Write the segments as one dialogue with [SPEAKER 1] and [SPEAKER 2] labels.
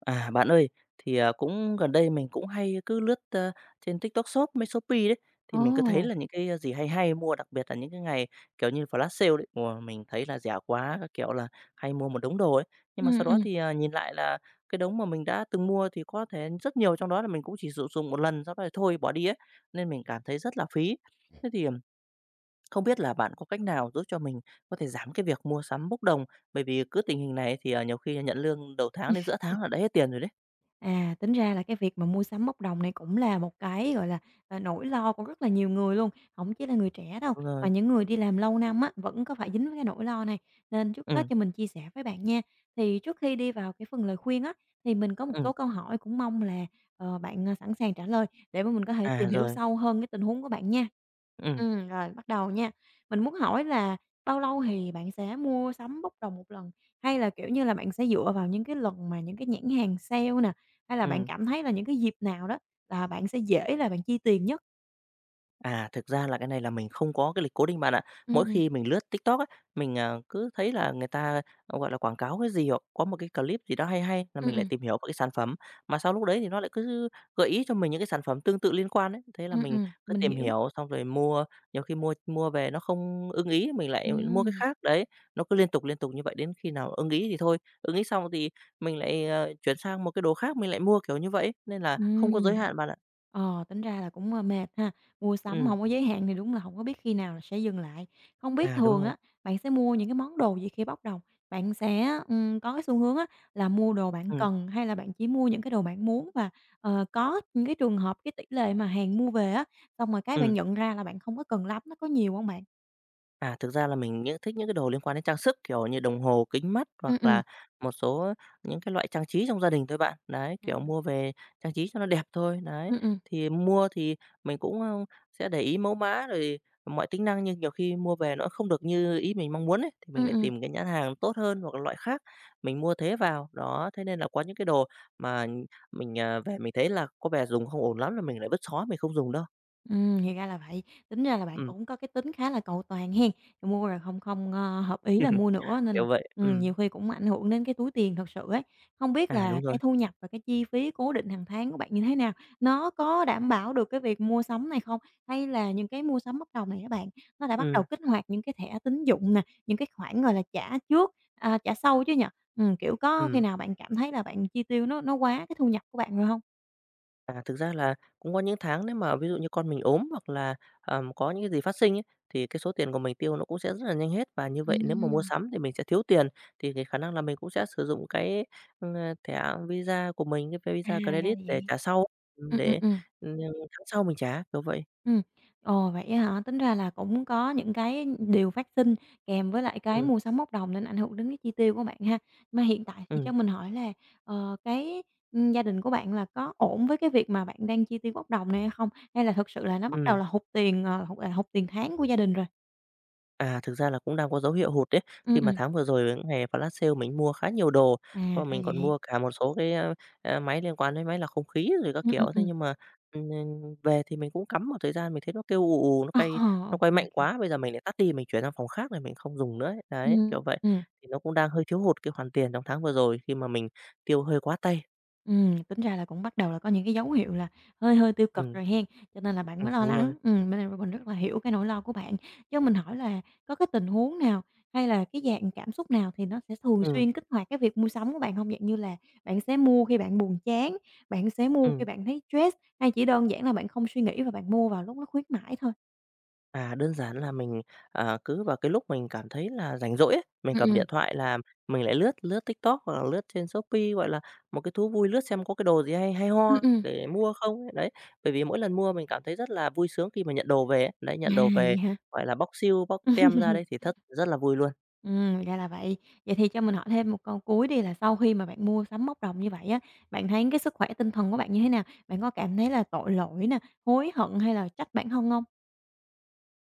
[SPEAKER 1] Bạn ơi, cũng gần đây mình cũng hay cứ lướt trên TikTok Shop với Shopee đấy, thì
[SPEAKER 2] Ồ!
[SPEAKER 1] mình cứ thấy là những cái gì hay hay mua, đặc biệt là những cái ngày, kiểu như, flash sale đấy, mình thấy là rẻ quá các kiểu là hay mua một đống đồ ấy. Nhưng mà
[SPEAKER 2] Ừm,
[SPEAKER 1] sau đó
[SPEAKER 2] ừm.
[SPEAKER 1] thì nhìn lại là cái đống mà mình đã từng mua thì có thể rất nhiều trong đó là mình cũng chỉ sử dụng một lần, sau đó thì thôi bỏ đi ấy, nên mình cảm thấy rất là phí. Thế thì không biết là bạn có cách nào giúp cho mình có thể giảm cái việc mua sắm bốc đồng, bởi vì cứ tình hình này thì nhiều khi nhận lương đầu tháng đến giữa tháng là đã hết tiền rồi đấy.
[SPEAKER 2] À, tính ra là cái việc mà mua sắm bốc đồng này cũng là một cái, gọi là, nỗi lo của rất là nhiều người luôn, không chỉ là người trẻ đâu,
[SPEAKER 1] Đúng
[SPEAKER 2] mà
[SPEAKER 1] rồi.
[SPEAKER 2] những người đi làm lâu năm á, vẫn có phải dính với cái nỗi lo này. Nên trước
[SPEAKER 1] Ừ,
[SPEAKER 2] hết cho mình chia sẻ với bạn nha. Thì trước khi đi vào cái phần lời khuyên á, thì mình có một
[SPEAKER 1] ừ.
[SPEAKER 2] số câu hỏi cũng mong là, bạn, sẵn sàng trả lời để mà mình có thể tìm hiểu
[SPEAKER 1] Rồi,
[SPEAKER 2] sâu hơn cái tình huống của bạn nha.
[SPEAKER 1] ừ,
[SPEAKER 2] Rồi bắt đầu nha. Mình muốn hỏi là bao lâu thì bạn sẽ mua sắm bốc đồng một lần? Hay là, kiểu như là, bạn sẽ dựa vào những cái lần mà những cái nhãn hàng sale nè, hay là bạn
[SPEAKER 1] ừ.
[SPEAKER 2] cảm thấy là những cái dịp nào đó là bạn sẽ dễ là bạn chi tiền nhất?
[SPEAKER 1] À, thực ra là cái này là mình không có cái lịch cố định bạn ạ.
[SPEAKER 2] Ừm,
[SPEAKER 1] Mỗi
[SPEAKER 2] ừm,
[SPEAKER 1] khi mình lướt TikTok á, mình cứ thấy là người ta, gọi là, quảng cáo cái gì hoặc có một cái clip gì đó hay hay là
[SPEAKER 2] ừm,
[SPEAKER 1] mình lại
[SPEAKER 2] ừm,
[SPEAKER 1] tìm hiểu về cái sản phẩm, mà sau lúc đấy thì nó lại cứ gợi ý cho mình những cái sản phẩm tương tự liên quan ấy. Thế là mình cứ
[SPEAKER 2] Mình
[SPEAKER 1] tìm
[SPEAKER 2] hiểu.
[SPEAKER 1] hiểu xong rồi mua, nhiều khi mua mua về nó không ưng ý mình lại mua cái
[SPEAKER 2] Ừm,
[SPEAKER 1] khác, đấy. Nó cứ liên tục như vậy đến khi nào ưng ý thì thôi, ưng ý xong thì mình lại chuyển sang một cái đồ khác mình lại mua, kiểu như vậy nên là không có giới
[SPEAKER 2] Ừm,
[SPEAKER 1] hạn bạn ạ.
[SPEAKER 2] ờ, tính ra là cũng, ơ, mệt ha. Mua sắm
[SPEAKER 1] Ừm.
[SPEAKER 2] hổng có giới hạn thì đúng là hổng có biết khi nào là sẽ dừng lại. Không biết
[SPEAKER 1] Đúng
[SPEAKER 2] thường
[SPEAKER 1] rồi.
[SPEAKER 2] á, bạn sẽ mua những cái món đồ gì khi bắt đầu? Bạn sẽ, có cái xu hướng á là mua đồ bạn
[SPEAKER 1] Ừ,
[SPEAKER 2] cần hay là bạn chỉ mua những cái đồ bạn muốn? Và, có những cái trường hợp cái tỷ lệ mà hàng mua về á, xong rồi cái bạn
[SPEAKER 1] ừ.
[SPEAKER 2] nhận ra là bạn không có cần lắm, nó có nhiều hông bạn?
[SPEAKER 1] À, thực ra là mình những thích những cái đồ liên quan đến trang sức, kiểu như đồng hồ, kính mắt
[SPEAKER 2] Ừm,
[SPEAKER 1] hoặc
[SPEAKER 2] ừm.
[SPEAKER 1] là một số những cái loại trang trí trong gia đình thôi bạn. Đấy, kiểu,
[SPEAKER 2] À.
[SPEAKER 1] mua về trang trí cho nó đẹp thôi, đấy.
[SPEAKER 2] Ừm, ừm.
[SPEAKER 1] Thì mua thì mình cũng sẽ để ý mẫu mã rồi mọi tính năng, nhưng nhiều khi mua về nó không được như ý mình mong muốn ấy, thì mình lại
[SPEAKER 2] Ừm.
[SPEAKER 1] tìm cái nhãn hàng tốt hơn hoặc là loại khác, mình mua thế vào. Đó, thế nên là có những cái đồ mà mình về mình thấy là có vẻ dùng không ổn lắm là mình lại vứt xó, mình không dùng đâu.
[SPEAKER 2] ừ thì ra là vậy. Tính ra là bạn
[SPEAKER 1] Ừm.
[SPEAKER 2] cũng có cái tính khá là cầu toàn hen, mua rồi không không, ơ, hợp ý là mua nữa nên là,
[SPEAKER 1] Kiểu vậy. Ừm.
[SPEAKER 2] nhiều khi cũng ảnh hưởng đến cái túi tiền thật sự ấy. Không biết
[SPEAKER 1] À,
[SPEAKER 2] là
[SPEAKER 1] đúng
[SPEAKER 2] cái
[SPEAKER 1] rồi.
[SPEAKER 2] thu nhập và cái chi phí cố định hàng tháng của bạn như thế nào? Nó có đảm bảo được cái việc mua sắm này không? Hay là những cái mua sắm bắt đầu này các bạn, nó đã bắt đầu
[SPEAKER 1] Ừm,
[SPEAKER 2] kích hoạt những cái thẻ tín dụng nè, những cái khoản, gọi là, trả trước, à, trả sau chứ nhỉ? Kiểu, có khi
[SPEAKER 1] ừm.
[SPEAKER 2] nào bạn cảm thấy là bạn chi tiêu nó quá cái thu nhập của bạn rồi không?
[SPEAKER 1] À, thực ra là cũng có những tháng nếu mà ví dụ như con mình ốm hoặc là, có những cái gì phát sinh ấy, thì cái số tiền của mình tiêu nó cũng sẽ rất là nhanh hết. Và như vậy nếu mà mua
[SPEAKER 2] Ừm.
[SPEAKER 1] sắm thì mình sẽ thiếu tiền, thì cái khả năng là mình cũng sẽ sử dụng cái thẻ Visa của mình, cái
[SPEAKER 2] À, ra
[SPEAKER 1] Visa
[SPEAKER 2] là
[SPEAKER 1] Credit để
[SPEAKER 2] vậy.
[SPEAKER 1] trả sau, ừm,
[SPEAKER 2] Ừm, ừm,
[SPEAKER 1] để,
[SPEAKER 2] ừm.
[SPEAKER 1] ừm, tháng sau mình trả, kiểu vậy.
[SPEAKER 2] Ừm. Ồ, vậy á hả? Tính ra là cũng có những cái điều phát sinh kèm với lại cái
[SPEAKER 1] Ừm,
[SPEAKER 2] mua sắm bốc đồng nên ảnh hưởng đến cái chi tiêu của bạn ha. Mà hiện tại thì
[SPEAKER 1] ừm,
[SPEAKER 2] cho mình hỏi là, cái, gia đình của bạn là có ổn với cái việc mà bạn đang chi tiêu bốc đồng này hay không? Hay là thực sự là nó bắt đầu
[SPEAKER 1] ừm.
[SPEAKER 2] là hụt tiền, hụt tiền tháng của gia đình rồi?
[SPEAKER 1] À, thực ra là cũng đang có dấu hiệu hụt đấy,
[SPEAKER 2] Ừm,
[SPEAKER 1] khi mà
[SPEAKER 2] ừm.
[SPEAKER 1] tháng vừa rồi là những ngày flash sale mình mua khá nhiều đồ,
[SPEAKER 2] À,
[SPEAKER 1] còn
[SPEAKER 2] ra
[SPEAKER 1] mình còn
[SPEAKER 2] vậy.
[SPEAKER 1] mua cả một số cái máy liên quan đến máy lọc không khí rồi các
[SPEAKER 2] Ừm,
[SPEAKER 1] kiểu.
[SPEAKER 2] ừm,
[SPEAKER 1] Thế
[SPEAKER 2] ừm.
[SPEAKER 1] nhưng mà, ừm, về thì mình cũng cắm một thời gian, mình thấy nó kêu ù ù, nó
[SPEAKER 2] Ờ,
[SPEAKER 1] cay
[SPEAKER 2] ô
[SPEAKER 1] nó quay
[SPEAKER 2] kê, ô
[SPEAKER 1] mạnh
[SPEAKER 2] kê.
[SPEAKER 1] quá, bây giờ mình lại tắt đi, mình chuyển sang phòng khác này mình không dùng nữa ấy. Đấy, kiểu vậy,
[SPEAKER 2] Ừm.
[SPEAKER 1] thì nó cũng đang hơi thiếu hụt cái khoản tiền trong tháng vừa rồi khi mà mình tiêu hơi quá tay.
[SPEAKER 2] Tính ra là cũng bắt đầu là có những cái dấu hiệu là hơi hơi tiêu cực
[SPEAKER 1] Ừm,
[SPEAKER 2] rồi hen, cho nên là bạn mới lo
[SPEAKER 1] đúng
[SPEAKER 2] lắng.
[SPEAKER 1] rồi.
[SPEAKER 2] Bên mình rất là hiểu cái nỗi lo của bạn. Cho mình hỏi là có cái tình huống nào hay là cái dạng cảm xúc nào thì nó sẽ thường
[SPEAKER 1] Ừm,
[SPEAKER 2] xuyên kích hoạt cái việc mua sắm của bạn không? Dạng như là bạn sẽ mua khi bạn buồn chán, bạn sẽ mua khi
[SPEAKER 1] ừm.
[SPEAKER 2] bạn thấy stress, hay chỉ đơn giản là bạn không suy nghĩ và bạn mua vào lúc nó khuyến mãi thôi?
[SPEAKER 1] À, đơn giản là mình cứ vào cái lúc mình cảm thấy là rảnh rỗi ấy, mình
[SPEAKER 2] Ừm,
[SPEAKER 1] cầm
[SPEAKER 2] ừm.
[SPEAKER 1] điện thoại là mình lại lướt lướt TikTok hoặc là lướt trên Shopee, gọi là, một cái thú vui lướt xem có cái đồ gì hay hay
[SPEAKER 2] Ừm,
[SPEAKER 1] ho
[SPEAKER 2] ừm.
[SPEAKER 1] để mua không ấy, đấy. Bởi vì mỗi lần mua mình cảm thấy rất là vui sướng khi mà nhận đồ về ấy, đấy, nhận
[SPEAKER 2] À,
[SPEAKER 1] đồ
[SPEAKER 2] vậy
[SPEAKER 1] về,
[SPEAKER 2] hả?
[SPEAKER 1] gọi là, bóc siêu bóc tem ra đấy thì thật rất là vui luôn.
[SPEAKER 2] Ra là vậy. Vậy thì cho mình hỏi thêm một câu cuối đi là sau khi mà bạn mua sắm móc đồng như vậy á, bạn thấy cái sức khỏe tinh thần của bạn như thế nào? Bạn có cảm thấy là tội lỗi nè, hối hận hay là trách bản thân hông?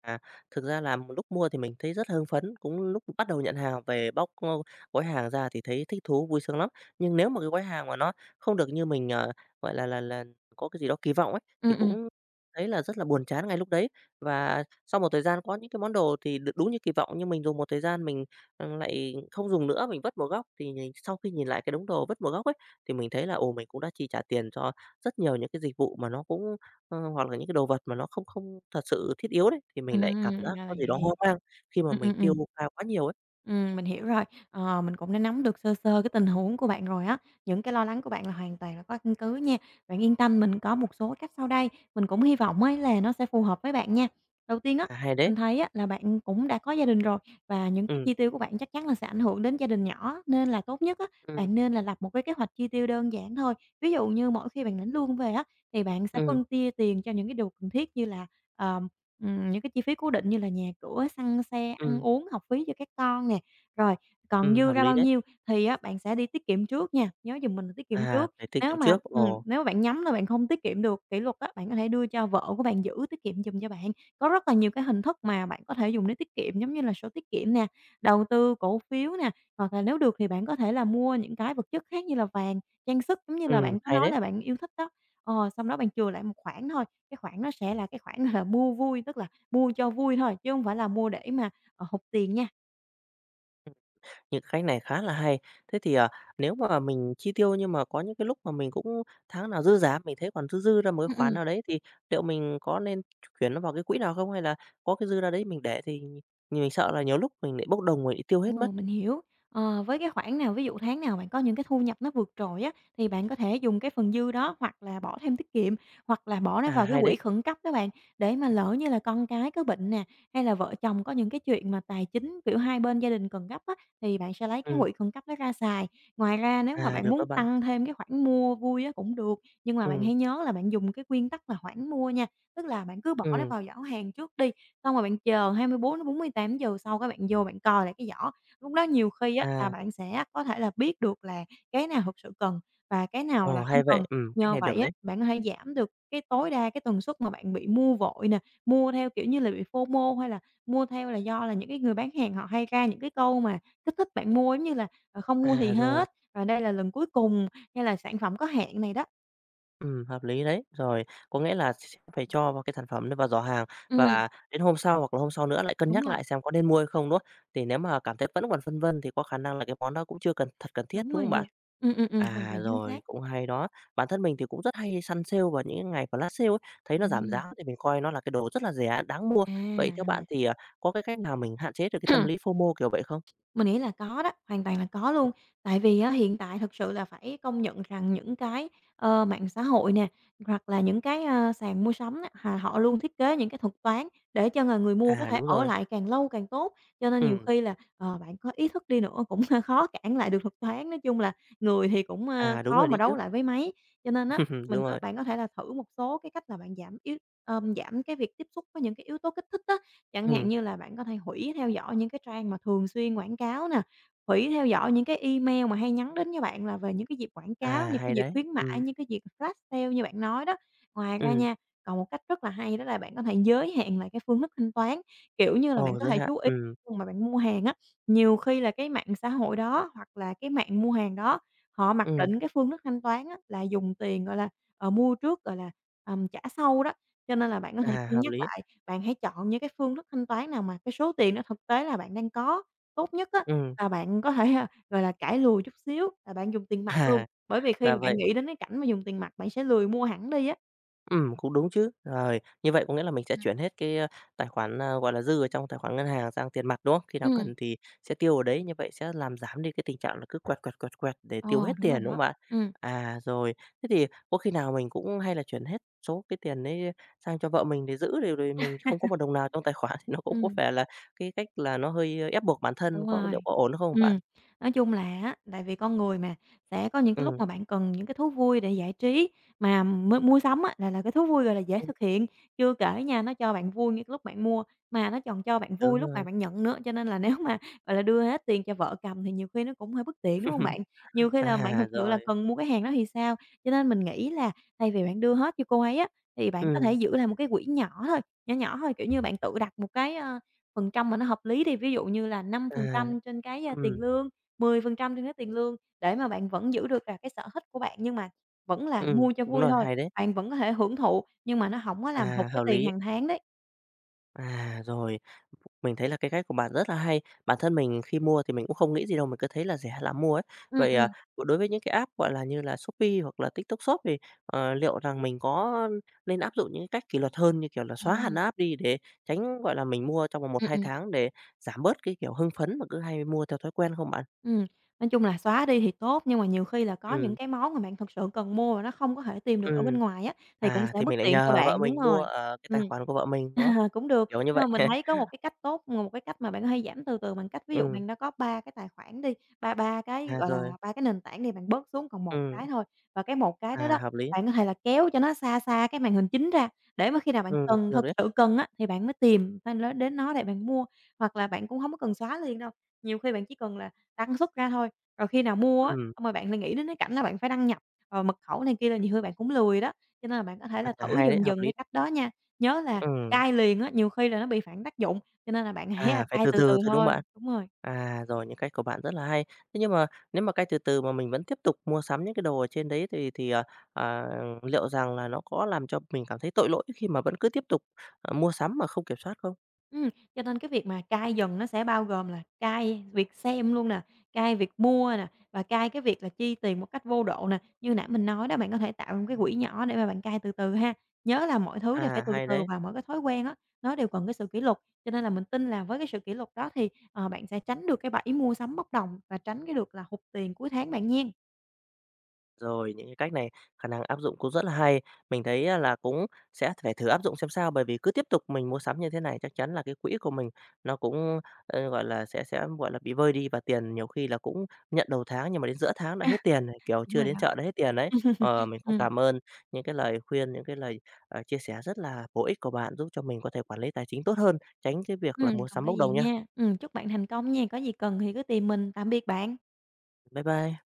[SPEAKER 1] À, thực ra là lúc mua thì mình thấy rất hưng phấn, cũng lúc bắt đầu nhận hàng về bóc, gói hàng ra thì thấy thích thú, vui sướng lắm. Nhưng nếu mà cái gói hàng mà nó không được như mình, gọi là, có cái gì đó kỳ vọng ấy, thì
[SPEAKER 2] Ừ, ừ,
[SPEAKER 1] cũng thấy là rất là buồn chán ngay lúc đấy. Và sau một thời gian có những cái món đồ thì được đúng như kỳ vọng, nhưng mình dùng một thời gian mình lại không dùng nữa, mình vứt một góc, thì nhìn sau khi nhìn lại cái đống đồ vứt một góc ấy, thì mình thấy là, ồ, mình cũng đã chi trả tiền cho rất nhiều những cái dịch vụ mà nó cũng Ờ, hoặc là những cái đồ vật mà nó không không thật sự thiết yếu đấy, thì mình lại cảm giác
[SPEAKER 2] ra là
[SPEAKER 1] có gì đó
[SPEAKER 2] vậy.
[SPEAKER 1] hoang mang khi mà
[SPEAKER 2] Ừ,
[SPEAKER 1] mình
[SPEAKER 2] ừ, ừm.
[SPEAKER 1] tiêu pha quá nhiều ấy.
[SPEAKER 2] Mình hiểu rồi. Ờ, mình cũng đã nắm được sơ sơ cái tình huống của bạn rồi á. Những cái lo lắng của bạn là hoàn toàn là có căn cứ nha. Bạn yên tâm, mình có một số cách sau đây, mình cũng hy vọng ấy là nó sẽ phù hợp với bạn nha. Đầu tiên á,
[SPEAKER 1] À, hay đấy.
[SPEAKER 2] mình thấy á là bạn cũng đã có gia đình rồi và những cái
[SPEAKER 1] Ừm,
[SPEAKER 2] chi tiêu của bạn chắc chắn là sẽ ảnh hưởng đến gia đình nhỏ, nên là tốt nhất á,
[SPEAKER 1] ừm,
[SPEAKER 2] bạn nên là lập một cái kế hoạch chi tiêu đơn giản thôi. Ví dụ như mỗi khi bạn lãnh lương về á, thì bạn sẽ
[SPEAKER 1] ừm,
[SPEAKER 2] phân chia tiền cho những cái điều cần thiết như là ờm, những cái chi phí cố định như là nhà cửa, xăng xe, ăn
[SPEAKER 1] ừm,
[SPEAKER 2] uống, học phí cho các con nè. Rồi, còn dư
[SPEAKER 1] hợp
[SPEAKER 2] ra
[SPEAKER 1] lý
[SPEAKER 2] bao
[SPEAKER 1] đấy.
[SPEAKER 2] nhiêu thì á bạn sẽ đi tiết kiệm trước nha, nhớ giùm mình là tiết kiệm
[SPEAKER 1] À,
[SPEAKER 2] trước.
[SPEAKER 1] phải tiết
[SPEAKER 2] Nếu
[SPEAKER 1] kiệm
[SPEAKER 2] mà
[SPEAKER 1] trước.
[SPEAKER 2] ừm,
[SPEAKER 1] Ồ,
[SPEAKER 2] nếu mà bạn nhắm là bạn không tiết kiệm được kỷ luật á, bạn có thể đưa cho vợ của bạn giữ tiết kiệm giùm cho bạn. Có rất là nhiều cái hình thức mà bạn có thể dùng để tiết kiệm giống như là sổ tiết kiệm nè, đầu tư cổ phiếu nè, hoặc là nếu được thì bạn có thể là mua những cái vật chất khác như là vàng, trang sức, giống như là bạn có
[SPEAKER 1] hay
[SPEAKER 2] nói
[SPEAKER 1] đấy.
[SPEAKER 2] là bạn yêu thích đó. Ờ, xong đó bạn chừa lại một khoản thôi, cái khoản nó sẽ là cái khoản, là, mua vui, tức là mua cho vui thôi, chứ không phải là mua để mà, hụt tiền nha.
[SPEAKER 1] Những cách này khá là hay. Thế thì, nếu mà mình chi tiêu nhưng mà có những cái lúc mà mình cũng tháng nào dư giả mình thấy còn dư dư ra một cái
[SPEAKER 2] Ừm,
[SPEAKER 1] khoản
[SPEAKER 2] ừm.
[SPEAKER 1] nào đấy thì liệu mình có nên chuyển nó vào cái quỹ nào không? Hay là có cái dư ra đấy mình để thì mình sợ là nhiều lúc mình lại bốc đồng, mình lại tiêu hết
[SPEAKER 2] Ồ,
[SPEAKER 1] mất.
[SPEAKER 2] mình hiểu. Ờ, với cái khoản nào, ví dụ tháng nào bạn có những cái thu nhập nó vượt trội á, thì bạn có thể dùng cái phần dư đó hoặc là bỏ thêm tiết kiệm, hoặc là bỏ nó
[SPEAKER 1] À,
[SPEAKER 2] vào cái
[SPEAKER 1] hay đấy.
[SPEAKER 2] quỹ khẩn cấp đó bạn, để mà
[SPEAKER 1] Ừm,
[SPEAKER 2] lỡ như là con cái có bệnh nè, hay là vợ chồng có những cái chuyện mà tài chính, kiểu, hai bên gia đình cần gấp á, thì bạn sẽ lấy cái
[SPEAKER 1] ừm,
[SPEAKER 2] quỹ khẩn cấp đó ra xài. Ngoài ra nếu mà
[SPEAKER 1] à,
[SPEAKER 2] bạn
[SPEAKER 1] được
[SPEAKER 2] muốn
[SPEAKER 1] đó bạn.
[SPEAKER 2] tăng thêm cái khoản mua vui á cũng được, nhưng mà bạn
[SPEAKER 1] Ừm,
[SPEAKER 2] hãy nhớ là bạn dùng cái nguyên tắc là khoản mua nha, tức là bạn cứ bỏ nó
[SPEAKER 1] ừm,
[SPEAKER 2] vào giỏ hàng trước đi, xong rồi bạn chờ 24 bốn đến 48 giờ sau các bạn vô bạn coi lại cái giỏ. Lúc đó nhiều khi á là
[SPEAKER 1] à,
[SPEAKER 2] bạn sẽ có thể là biết được là cái nào thực sự cần và cái nào là
[SPEAKER 1] ồ,
[SPEAKER 2] không
[SPEAKER 1] hay vậy,
[SPEAKER 2] cần.
[SPEAKER 1] cách
[SPEAKER 2] Nhờ
[SPEAKER 1] này
[SPEAKER 2] vậy
[SPEAKER 1] được
[SPEAKER 2] á,
[SPEAKER 1] đấy.
[SPEAKER 2] bạn có thể giảm được cái tối đa cái tần suất mà bạn bị mua vội nè, mua theo, kiểu như là, bị FOMO hay là mua theo là do là những cái người bán hàng họ hay ra những cái câu mà kích thích bạn mua, giống như là, "Không mua thì
[SPEAKER 1] À, rồi,
[SPEAKER 2] hết", và "Đây là lần cuối cùng", hay là "Sản phẩm có hạn" này đó.
[SPEAKER 1] hợp lý đấy. Rồi, có nghĩa là sẽ phải cho vào cái sản phẩm đấy vào giỏ hàng
[SPEAKER 2] Ừm,
[SPEAKER 1] và đến hôm sau hoặc là hôm sau nữa lại cân
[SPEAKER 2] đúng
[SPEAKER 1] nhắc
[SPEAKER 2] rồi,
[SPEAKER 1] lại xem có nên mua hay không, đúng không? Thì nếu mà cảm thấy vẫn còn phân vân thì có khả năng là cái món đó cũng chưa cần thật cần thiết,
[SPEAKER 2] đúng
[SPEAKER 1] đúng
[SPEAKER 2] rồi
[SPEAKER 1] không
[SPEAKER 2] nè.
[SPEAKER 1] bạn?
[SPEAKER 2] Hoàn
[SPEAKER 1] À,
[SPEAKER 2] toàn chính xác.
[SPEAKER 1] rồi, cũng hay đó. Bản thân mình thì cũng rất hay săn sale vào những cái ngày flash sale ấy, thấy nó giảm
[SPEAKER 2] Ừ,
[SPEAKER 1] giá thì mình coi nó là cái đồ rất là rẻ, đáng mua.
[SPEAKER 2] à,
[SPEAKER 1] Vậy theo bạn
[SPEAKER 2] rồi.
[SPEAKER 1] thì, có cái cách nào mình hạn chế được cái tâm lý FOMO kiểu vậy không?
[SPEAKER 2] Mình nghĩ là có đó, hoàn toàn là có luôn.
[SPEAKER 1] Ừm,
[SPEAKER 2] Tại vì á, hiện tại thực sự là phải công nhận rằng những cái, mạng xã hội nè, hoặc là những cái, sàn mua sắm á, hà họ luôn thiết kế những cái thuật toán để cho người người mua có
[SPEAKER 1] à,
[SPEAKER 2] thể
[SPEAKER 1] đúng
[SPEAKER 2] ở
[SPEAKER 1] rồi,
[SPEAKER 2] lại càng lâu càng tốt. Cho nên nhiều
[SPEAKER 1] ừm.
[SPEAKER 2] khi là, bạn có ý thức đi nữa cũng khó cản lại được thuật toán, nói chung là người thì cũng,
[SPEAKER 1] À, đúng
[SPEAKER 2] khó
[SPEAKER 1] rồi
[SPEAKER 2] mà
[SPEAKER 1] đấy
[SPEAKER 2] đấu
[SPEAKER 1] chứ.
[SPEAKER 2] lại với máy. Cho nên á, mình
[SPEAKER 1] Đúng
[SPEAKER 2] có
[SPEAKER 1] rồi.
[SPEAKER 2] bạn có thể là thử một số cái cách là bạn giảm cái việc tiếp xúc với những cái yếu tố kích thích á. Chẳng hạn
[SPEAKER 1] Ừm,
[SPEAKER 2] như là bạn có thể hủy theo dõi những cái trang mà thường xuyên quảng cáo nè, hủy theo dõi những cái email mà hay nhắn đến cho bạn là về những cái dịp quảng cáo,
[SPEAKER 1] à,
[SPEAKER 2] những cái
[SPEAKER 1] hay
[SPEAKER 2] dịp
[SPEAKER 1] đấy.
[SPEAKER 2] khuyến mãi, những cái dịp flash sale như bạn nói đó. Ngoài ra
[SPEAKER 1] Ừm,
[SPEAKER 2] nha, còn một cách rất là hay đó là bạn có thể giới hạn lại cái phương thức thanh toán, kiểu như là, bạn
[SPEAKER 1] ồ,
[SPEAKER 2] có
[SPEAKER 1] giới
[SPEAKER 2] thể
[SPEAKER 1] hạn,
[SPEAKER 2] chú ý khi mà bạn mua hàng á, nhiều khi là cái mạng xã hội đó hoặc là cái mạng mua hàng đó, họ mặc
[SPEAKER 1] ừm,
[SPEAKER 2] định cái phương thức thanh toán á là dùng tiền, gọi là, mua trước, gọi là, trả sau đó, cho nên là bạn có thể
[SPEAKER 1] à,
[SPEAKER 2] cân
[SPEAKER 1] hợp
[SPEAKER 2] nhắc
[SPEAKER 1] lý.
[SPEAKER 2] lại. Bạn hãy chọn những cái phương thức thanh toán nào mà cái số tiền nó thực tế là bạn đang có. Tốt nhất á
[SPEAKER 1] Ừm,
[SPEAKER 2] là bạn có thể, à, gọi là, cải lùi chút xíu là bạn dùng tiền mặt luôn,
[SPEAKER 1] à,
[SPEAKER 2] bởi vì khi
[SPEAKER 1] ra
[SPEAKER 2] mà bạn
[SPEAKER 1] vậy.
[SPEAKER 2] nghĩ đến cái cảnh mà dùng tiền mặt bạn sẽ lười mua hẳn đi á.
[SPEAKER 1] Cũng đúng chứ. Rồi, như vậy có nghĩa là mình sẽ
[SPEAKER 2] Ừm,
[SPEAKER 1] chuyển hết cái tài khoản, gọi là, dư ở trong tài khoản ngân hàng sang tiền mặt, đúng không? Khi nào
[SPEAKER 2] ừm.
[SPEAKER 1] cần thì sẽ tiêu ở đấy, như vậy sẽ làm giảm đi cái tình trạng là cứ quẹt, quẹt, quẹt, quẹt để
[SPEAKER 2] Ờ,
[SPEAKER 1] tiêu hết
[SPEAKER 2] đúng rồi
[SPEAKER 1] tiền, đúng không
[SPEAKER 2] đó.
[SPEAKER 1] bạn?
[SPEAKER 2] Ừm,
[SPEAKER 1] À, rồi, thế thì có khi nào mình cũng hay là chuyển hết số cái tiền đấy sang cho vợ mình để giữ để rồi mình không có một đồng nào trong tài khoản thì nó cũng có
[SPEAKER 2] ừm.
[SPEAKER 1] vẻ là cái cách là nó hơi ép buộc bản thân,
[SPEAKER 2] Đúng
[SPEAKER 1] có liệu
[SPEAKER 2] rồi.
[SPEAKER 1] có ổn không bạn?
[SPEAKER 2] Ừm, nói chung là á, tại vì con người mà, sẽ có những cái lúc
[SPEAKER 1] Ừm,
[SPEAKER 2] mà bạn cần những cái thú vui để giải trí, mà mua sắm á là cái thú vui, gọi là, dễ
[SPEAKER 1] ừm,
[SPEAKER 2] thực hiện. Chưa kể nha, nó cho bạn vui ngay cái lúc bạn mua, mà nó còn cho bạn vui
[SPEAKER 1] đúng
[SPEAKER 2] lúc mà
[SPEAKER 1] rồi.
[SPEAKER 2] bạn nhận nữa, cho nên là nếu mà, gọi là, đưa hết tiền cho vợ cầm thì nhiều khi nó cũng hơi bất tiện, đúng hông bạn? Nhiều khi là bạn
[SPEAKER 1] À,
[SPEAKER 2] thực sự là
[SPEAKER 1] rồi,
[SPEAKER 2] cần mua cái hàng đó thì sao? Cho nên mình nghĩ là thay vì bạn đưa hết cho cô ấy á, thì bạn có thể
[SPEAKER 1] ừm,
[SPEAKER 2] giữ lại một cái quỹ nhỏ thôi, nhỏ nhỏ thôi, kiểu như, bạn tự đặt một cái, phần trăm mà nó hợp lý đi, ví dụ như là năm
[SPEAKER 1] à,
[SPEAKER 2] phần trăm trên cái, a, tiền
[SPEAKER 1] ừm,
[SPEAKER 2] lương, 10% trên cái tiền lương để mà bạn vẫn giữ được là cái sở thích của bạn, nhưng mà vẫn là mua cho
[SPEAKER 1] đúng
[SPEAKER 2] vui
[SPEAKER 1] rồi,
[SPEAKER 2] thôi,
[SPEAKER 1] hay đấy.
[SPEAKER 2] bạn vẫn có thể hưởng thụ, nhưng mà nó hổng có làm hụt
[SPEAKER 1] À,
[SPEAKER 2] cái
[SPEAKER 1] hợp
[SPEAKER 2] tiền
[SPEAKER 1] lý.
[SPEAKER 2] hàng tháng đấy.
[SPEAKER 1] À, rồi, mình thấy là cái cách của bạn rất là hay. Bản thân mình khi mua thì mình cũng không nghĩ gì đâu, mình cứ thấy là rẻ là mua ấy.
[SPEAKER 2] Ừm,
[SPEAKER 1] Vậy, à,
[SPEAKER 2] ừm.
[SPEAKER 1] đối với những cái app, gọi là, như là Shopee hoặc là TikTok Shop thì, liệu rằng mình có nên áp dụng những cái cách kỷ luật hơn như kiểu là xóa
[SPEAKER 2] Ừm,
[SPEAKER 1] hẳn
[SPEAKER 2] ừm.
[SPEAKER 1] app đi để tránh, gọi là, mình mua trong vòng một 2
[SPEAKER 2] Ừm.
[SPEAKER 1] tháng để giảm bớt cái kiểu hưng phấn mà cứ hay mua theo thói quen không bạn?
[SPEAKER 2] Ừm, nói chung là xóa đi thì tốt, nhưng mà nhiều khi là có những
[SPEAKER 1] Ừm,
[SPEAKER 2] cái món mà bạn thực sự cần mua mà nó không có thể tìm được ở bên
[SPEAKER 1] ừm,
[SPEAKER 2] ngoài á, thì cũng
[SPEAKER 1] à,
[SPEAKER 2] sẽ
[SPEAKER 1] thì
[SPEAKER 2] bất
[SPEAKER 1] mình lại
[SPEAKER 2] tiện cho
[SPEAKER 1] nhờ vợ
[SPEAKER 2] bạn, đúng
[SPEAKER 1] mình mua
[SPEAKER 2] rồi.
[SPEAKER 1] ở cái tài
[SPEAKER 2] Ừm.
[SPEAKER 1] khoản của vợ mình đó,
[SPEAKER 2] À, cũng được,
[SPEAKER 1] kiểu như
[SPEAKER 2] nhưng mà
[SPEAKER 1] vậy.
[SPEAKER 2] mình thấy có một cái cách tốt, một cái cách mà bạn có thể giảm từ từ bằng cách ví dụ
[SPEAKER 1] Ừm,
[SPEAKER 2] bạn đã có 3 cái tài khoản đi, ba ba cái,
[SPEAKER 1] à,
[SPEAKER 2] gọi
[SPEAKER 1] rồi,
[SPEAKER 2] là, 3 cái nền tảng đi, bạn bớt xuống còn một
[SPEAKER 1] ừm,
[SPEAKER 2] cái thôi. Và cái một đó
[SPEAKER 1] à,
[SPEAKER 2] đó,
[SPEAKER 1] hợp lý.
[SPEAKER 2] bạn có thể là kéo cho nó xa xa cái màn hình chính ra, để mà khi nào bạn
[SPEAKER 1] Được
[SPEAKER 2] cần, thực
[SPEAKER 1] đấy.
[SPEAKER 2] sự cần á, thì bạn mới tìm, phải nói đến nó để bạn mua. Hoặc là bạn cũng hông có cần xóa liền đâu, nhiều khi bạn chỉ cần là đăng xuất ra thôi. Rồi khi nào mua á,
[SPEAKER 1] Ừm,
[SPEAKER 2] xong rồi bạn lại nghĩ đến cái cảnh là bạn phải đăng nhập, rồi mật khẩu này kia là nhiều khi bạn cũng lười đó, cho nên là bạn có thể là
[SPEAKER 1] à,
[SPEAKER 2] thử
[SPEAKER 1] hay đấy,
[SPEAKER 2] dần
[SPEAKER 1] hợp
[SPEAKER 2] dần cái
[SPEAKER 1] lý đấy.
[SPEAKER 2] cách đó nha. Nhớ là
[SPEAKER 1] Ừm,
[SPEAKER 2] cai liền á, nhiều khi là nó bị phản tác dụng, cho nên là bạn hãy, a,
[SPEAKER 1] à, phải
[SPEAKER 2] cai
[SPEAKER 1] từ
[SPEAKER 2] từ
[SPEAKER 1] từ
[SPEAKER 2] từ
[SPEAKER 1] thôi, đúng không
[SPEAKER 2] thôi.
[SPEAKER 1] bạn?
[SPEAKER 2] Đúng rồi.
[SPEAKER 1] À, rồi, những cách của bạn rất là hay. Thế nhưng mà nếu mà cách từ từ mà mình vẫn tiếp tục mua sắm những cái đồ ở trên đấy thì thì, ờ, liệu rằng là nó có làm cho mình cảm thấy tội lỗi khi mà vẫn cứ tiếp tục mua sắm mà không kiểm soát không?
[SPEAKER 2] Ừm, cho nên cái việc mà cai dần nó sẽ bao gồm là cai việc xem luôn nè, cai việc mua nè, và cai cái việc là chi tiền một cách vô độ nè. Như nãy mình nói đó, bạn có thể tạo ra một cái quỹ nhỏ để mà bạn cai từ từ ha. Nhớ là mọi thứ đều phải
[SPEAKER 1] À,
[SPEAKER 2] từ
[SPEAKER 1] hay
[SPEAKER 2] từ
[SPEAKER 1] đấy.
[SPEAKER 2] và mỗi cái thói quen á, nó đều cần cái sự kỷ luật, cho nên là mình tin là với cái sự kỷ luật đó thì, ờ, bạn sẽ tránh được cái bẫy mua sắm bốc đồng và tránh cái được là hụt tiền cuối tháng bạn nghen.
[SPEAKER 1] Rồi, những cái cách này khả năng áp dụng cũng rất là hay. Mình thấy á là cũng sẽ phải thử áp dụng xem sao, bởi vì cứ tiếp tục mình mua sắm như thế này chắc chắn là cái quỹ của mình nó cũng, gọi là, sẽ, gọi là, bị vơi đi và tiền nhiều khi là cũng nhận đầu tháng nhưng mà đến giữa tháng đã hết tiền này, kiểu,
[SPEAKER 2] Đúng
[SPEAKER 1] chưa
[SPEAKER 2] rồi
[SPEAKER 1] đến
[SPEAKER 2] đó.
[SPEAKER 1] chợ đã hết tiền đấy. Ờ, mình cũng
[SPEAKER 2] Ừm,
[SPEAKER 1] cảm ơn những cái lời khuyên, những cái lời chia sẻ rất là bổ ích của bạn giúp cho mình có thể quản lý tài chính tốt hơn, tránh cái việc là mua
[SPEAKER 2] không
[SPEAKER 1] sắm
[SPEAKER 2] có
[SPEAKER 1] bốc
[SPEAKER 2] gì
[SPEAKER 1] đồng nhá.
[SPEAKER 2] nha. Chúc bạn thành công nha, có gì cần thì cứ tìm mình. Tạm biệt bạn.
[SPEAKER 1] Bye bye.